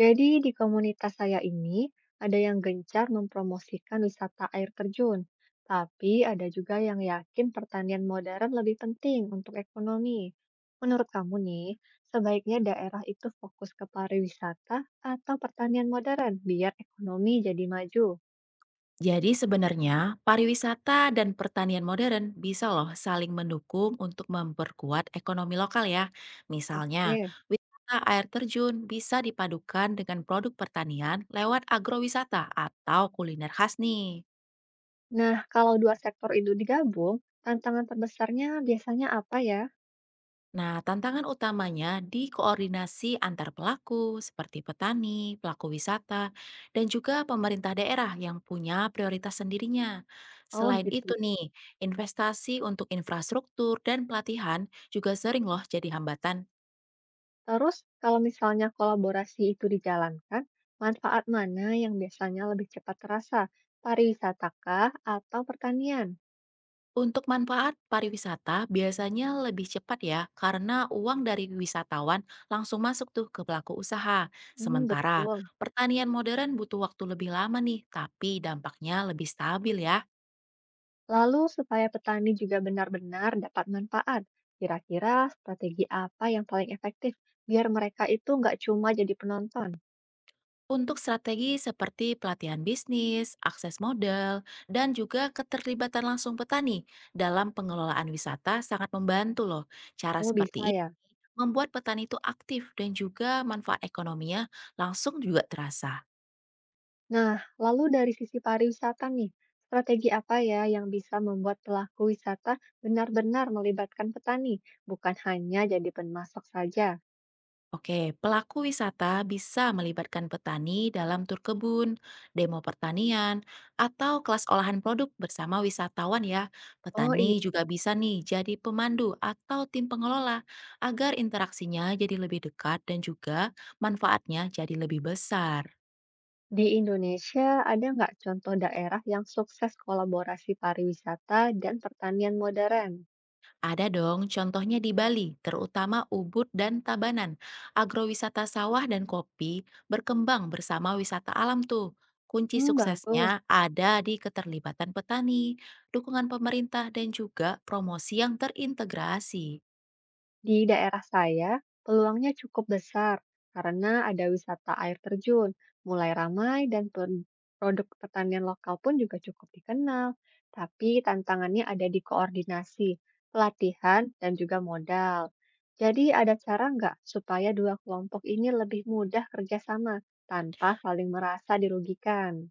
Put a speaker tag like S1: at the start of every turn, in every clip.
S1: Jadi di komunitas saya ini ada yang gencar mempromosikan wisata air terjun, tapi ada juga yang yakin pertanian modern lebih penting untuk ekonomi. Menurut kamu nih, sebaiknya daerah itu fokus ke pariwisata atau pertanian modern biar ekonomi jadi maju?
S2: Jadi sebenarnya pariwisata dan pertanian modern bisa loh saling mendukung untuk memperkuat ekonomi lokal ya. Misalnya,
S1: Oke.
S2: wisata air terjun bisa dipadukan dengan produk pertanian lewat agrowisata atau kuliner khas nih.
S1: Nah, kalau dua sektor itu digabung, tantangan terbesarnya biasanya apa ya?
S2: Nah, tantangan utamanya di koordinasi antar pelaku seperti petani, pelaku wisata, dan juga pemerintah daerah yang punya prioritas sendirinya.
S1: Oh
S2: Selain itu
S1: gitu.
S2: nih, investasi untuk infrastruktur dan pelatihan juga sering loh jadi hambatan.
S1: Terus, kalau misalnya kolaborasi itu dijalankan, manfaat mana yang biasanya lebih cepat terasa? Pariwisata kah atau pertanian?
S2: Untuk manfaat pariwisata biasanya lebih cepat ya karena uang dari wisatawan langsung masuk tuh ke pelaku usaha.
S1: Hmm,
S2: Sementara
S1: betul.
S2: pertanian modern butuh waktu lebih lama nih, tapi dampaknya lebih stabil ya.
S1: Lalu, supaya petani juga benar-benar dapat manfaat, kira-kira strategi apa yang paling efektif biar mereka itu nggak cuma jadi penonton?
S2: Untuk strategi seperti pelatihan bisnis, akses modal, dan juga keterlibatan langsung petani dalam pengelolaan wisata sangat membantu loh. Cara
S1: Oh, bisa
S2: seperti ini
S1: ya.
S2: membuat petani itu aktif dan juga manfaat ekonominya langsung juga terasa.
S1: Nah, lalu dari sisi pariwisata nih, strategi apa ya yang bisa membuat pelaku wisata benar-benar melibatkan petani, bukan hanya jadi pemasok saja?
S2: Oke, pelaku wisata bisa melibatkan petani dalam tur kebun, demo pertanian, atau kelas olahan produk bersama wisatawan ya.
S1: Oh iya,
S2: Petani juga bisa nih jadi pemandu atau tim pengelola agar interaksinya jadi lebih dekat dan juga manfaatnya jadi lebih besar.
S1: di Indonesia ada nggak contoh daerah yang sukses kolaborasi pariwisata dan pertanian modern?
S2: Ada dong, contohnya di Bali, terutama Ubud dan Tabanan. Agrowisata sawah dan kopi berkembang bersama wisata alam tuh. Kunci
S1: Hmm, bagus.
S2: suksesnya ada di keterlibatan petani, dukungan pemerintah, dan juga promosi yang terintegrasi.
S1: Di daerah saya, peluangnya cukup besar karena ada wisata air terjun, mulai ramai dan produk pertanian lokal pun juga cukup dikenal. Tapi tantangannya ada di koordinasi, pelatihan, dan juga modal. Jadi ada cara nggak supaya dua kelompok ini lebih mudah kerjasama tanpa saling merasa dirugikan?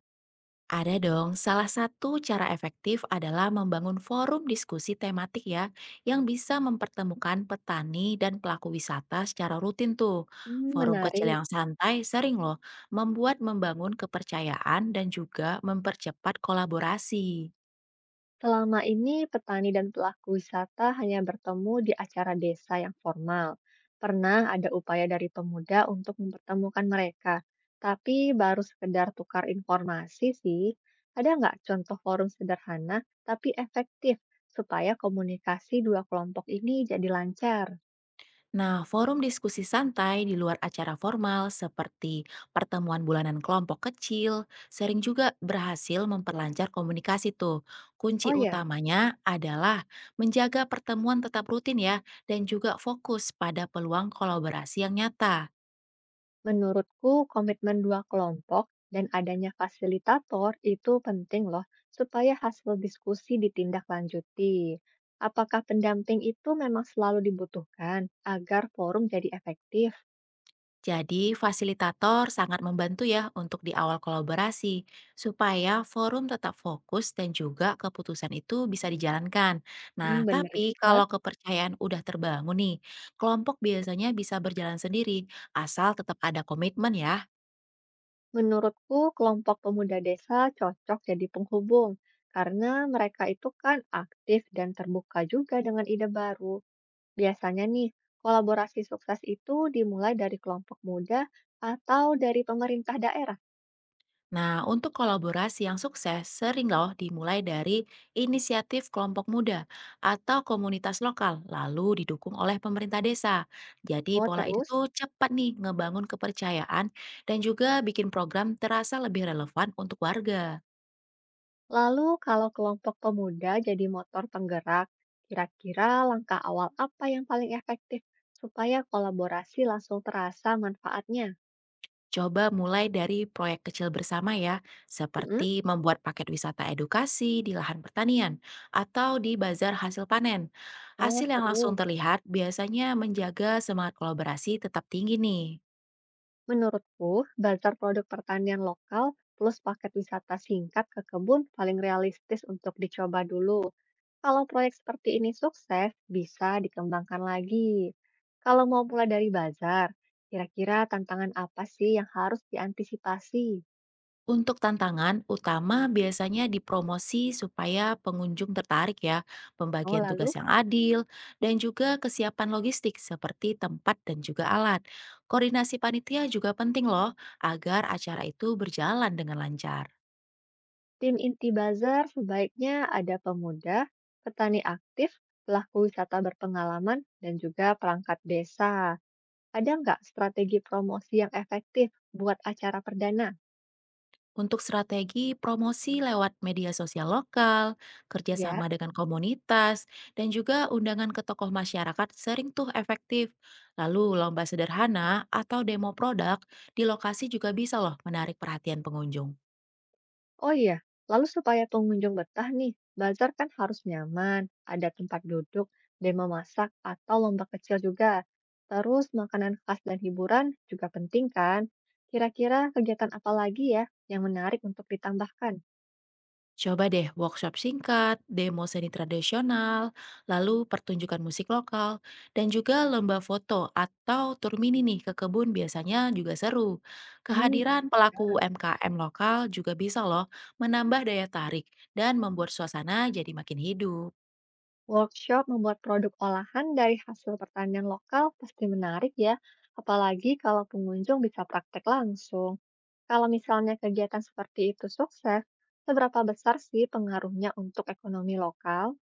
S2: Ada dong, salah satu cara efektif adalah membangun forum diskusi tematik ya, yang bisa mempertemukan petani dan pelaku wisata secara rutin tuh.
S1: Hmm,
S2: Forum kecil
S1: menarik.
S2: yang santai sering loh membangun kepercayaan dan juga mempercepat kolaborasi.
S1: Selama ini, petani dan pelaku wisata hanya bertemu di acara desa yang formal. Pernah ada upaya dari pemuda untuk mempertemukan mereka, tapi baru sekedar tukar informasi sih. Ada nggak contoh forum sederhana tapi efektif supaya komunikasi dua kelompok ini jadi lancar?
S2: Nah, forum diskusi santai di luar acara formal seperti pertemuan bulanan kelompok kecil sering juga berhasil memperlancar komunikasi tuh. Kunci
S1: Oh ya.
S2: utamanya adalah menjaga pertemuan tetap rutin ya dan juga fokus pada peluang kolaborasi yang nyata.
S1: Menurutku, komitmen dua kelompok dan adanya fasilitator itu penting loh, supaya hasil diskusi ditindaklanjuti. Apakah pendamping itu memang selalu dibutuhkan agar forum jadi efektif?
S2: Jadi, fasilitator sangat membantu ya untuk di awal kolaborasi, supaya forum tetap fokus dan juga keputusan itu bisa dijalankan.
S1: Hmm,
S2: Nah,
S1: benar
S2: tapi
S1: juga.
S2: kalau kepercayaan udah terbangun nih, kelompok biasanya bisa berjalan sendiri, asal tetap ada komitmen ya.
S1: Menurutku, kelompok pemuda desa cocok jadi penghubung, karena mereka itu kan aktif dan terbuka juga dengan ide baru. Biasanya nih, kolaborasi sukses itu dimulai dari kelompok muda atau dari pemerintah daerah.
S2: Nah, untuk kolaborasi yang sukses sering loh dimulai dari inisiatif kelompok muda atau komunitas lokal, lalu didukung oleh pemerintah desa. Jadi
S1: Oh,
S2: pola itu
S1: terus?
S2: tuh cepat nih ngebangun kepercayaan dan juga bikin program terasa lebih relevan untuk warga.
S1: Lalu kalau kelompok pemuda jadi motor penggerak, kira-kira langkah awal apa yang paling efektif supaya kolaborasi langsung terasa manfaatnya?
S2: Coba mulai dari proyek kecil bersama ya,
S1: Mm-mm.
S2: seperti membuat paket wisata edukasi di lahan pertanian atau di bazar hasil panen.
S1: Oh,
S2: Hasil yang langsung
S1: seru.
S2: terlihat biasanya menjaga semangat kolaborasi tetap tinggi nih.
S1: Menurutku, bazar produk pertanian lokal plus paket wisata singkat ke kebun paling realistis untuk dicoba dulu. Kalau proyek seperti ini sukses, bisa dikembangkan lagi. Kalau mau mulai dari bazar, kira-kira tantangan apa sih yang harus diantisipasi?
S2: Untuk tantangan utama biasanya di promosi supaya pengunjung tertarik ya,
S1: Oh,
S2: pembagian
S1: lalu
S2: tugas yang adil, dan juga kesiapan logistik seperti tempat dan juga alat. Koordinasi panitia juga penting loh agar acara itu berjalan dengan lancar.
S1: tim inti bazar sebaiknya ada pemuda, petani aktif, pelaku wisata berpengalaman, dan juga perangkat desa. Ada nggak strategi promosi yang efektif buat acara perdana?
S2: Untuk strategi promosi lewat media sosial lokal,
S1: Ya,
S2: kerjasama dengan komunitas, dan juga undangan ke tokoh masyarakat sering tuh efektif. Lalu lomba sederhana atau demo produk di lokasi juga bisa loh menarik perhatian pengunjung.
S1: oh iya. Lalu supaya pengunjung betah nih, bazar kan harus nyaman, ada tempat duduk, demo masak, atau lomba kecil juga. Terus makanan khas dan hiburan juga penting kan? Kira-kira kegiatan apa lagi ya yang menarik untuk ditambahkan?
S2: Coba deh workshop singkat, demo seni tradisional, lalu pertunjukan musik lokal, dan juga lomba foto atau tur mini nih ke kebun biasanya juga seru.
S1: Hmm.
S2: Kehadiran pelaku MKM lokal juga bisa loh menambah daya tarik dan membuat suasana jadi makin hidup.
S1: Workshop membuat produk olahan dari hasil pertanian lokal pasti menarik ya, apalagi kalau pengunjung bisa praktek langsung. Kalau misalnya kegiatan seperti itu sukses, seberapa besar sih pengaruhnya untuk ekonomi lokal?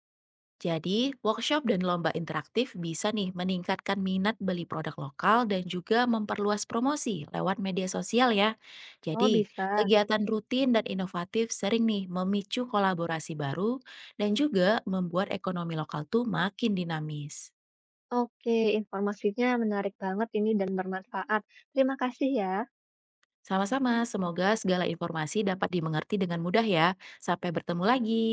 S2: Jadi, workshop dan lomba interaktif bisa nih meningkatkan minat beli produk lokal dan juga memperluas promosi lewat media sosial ya.
S1: Oh,
S2: Jadi,
S1: bisa.
S2: kegiatan rutin dan inovatif sering nih memicu kolaborasi baru dan juga membuat ekonomi lokal tuh makin dinamis.
S1: Oke, informasinya menarik banget ini dan bermanfaat. Terima kasih ya.
S2: Sama-sama, semoga segala informasi dapat dimengerti dengan mudah ya. Sampai bertemu lagi.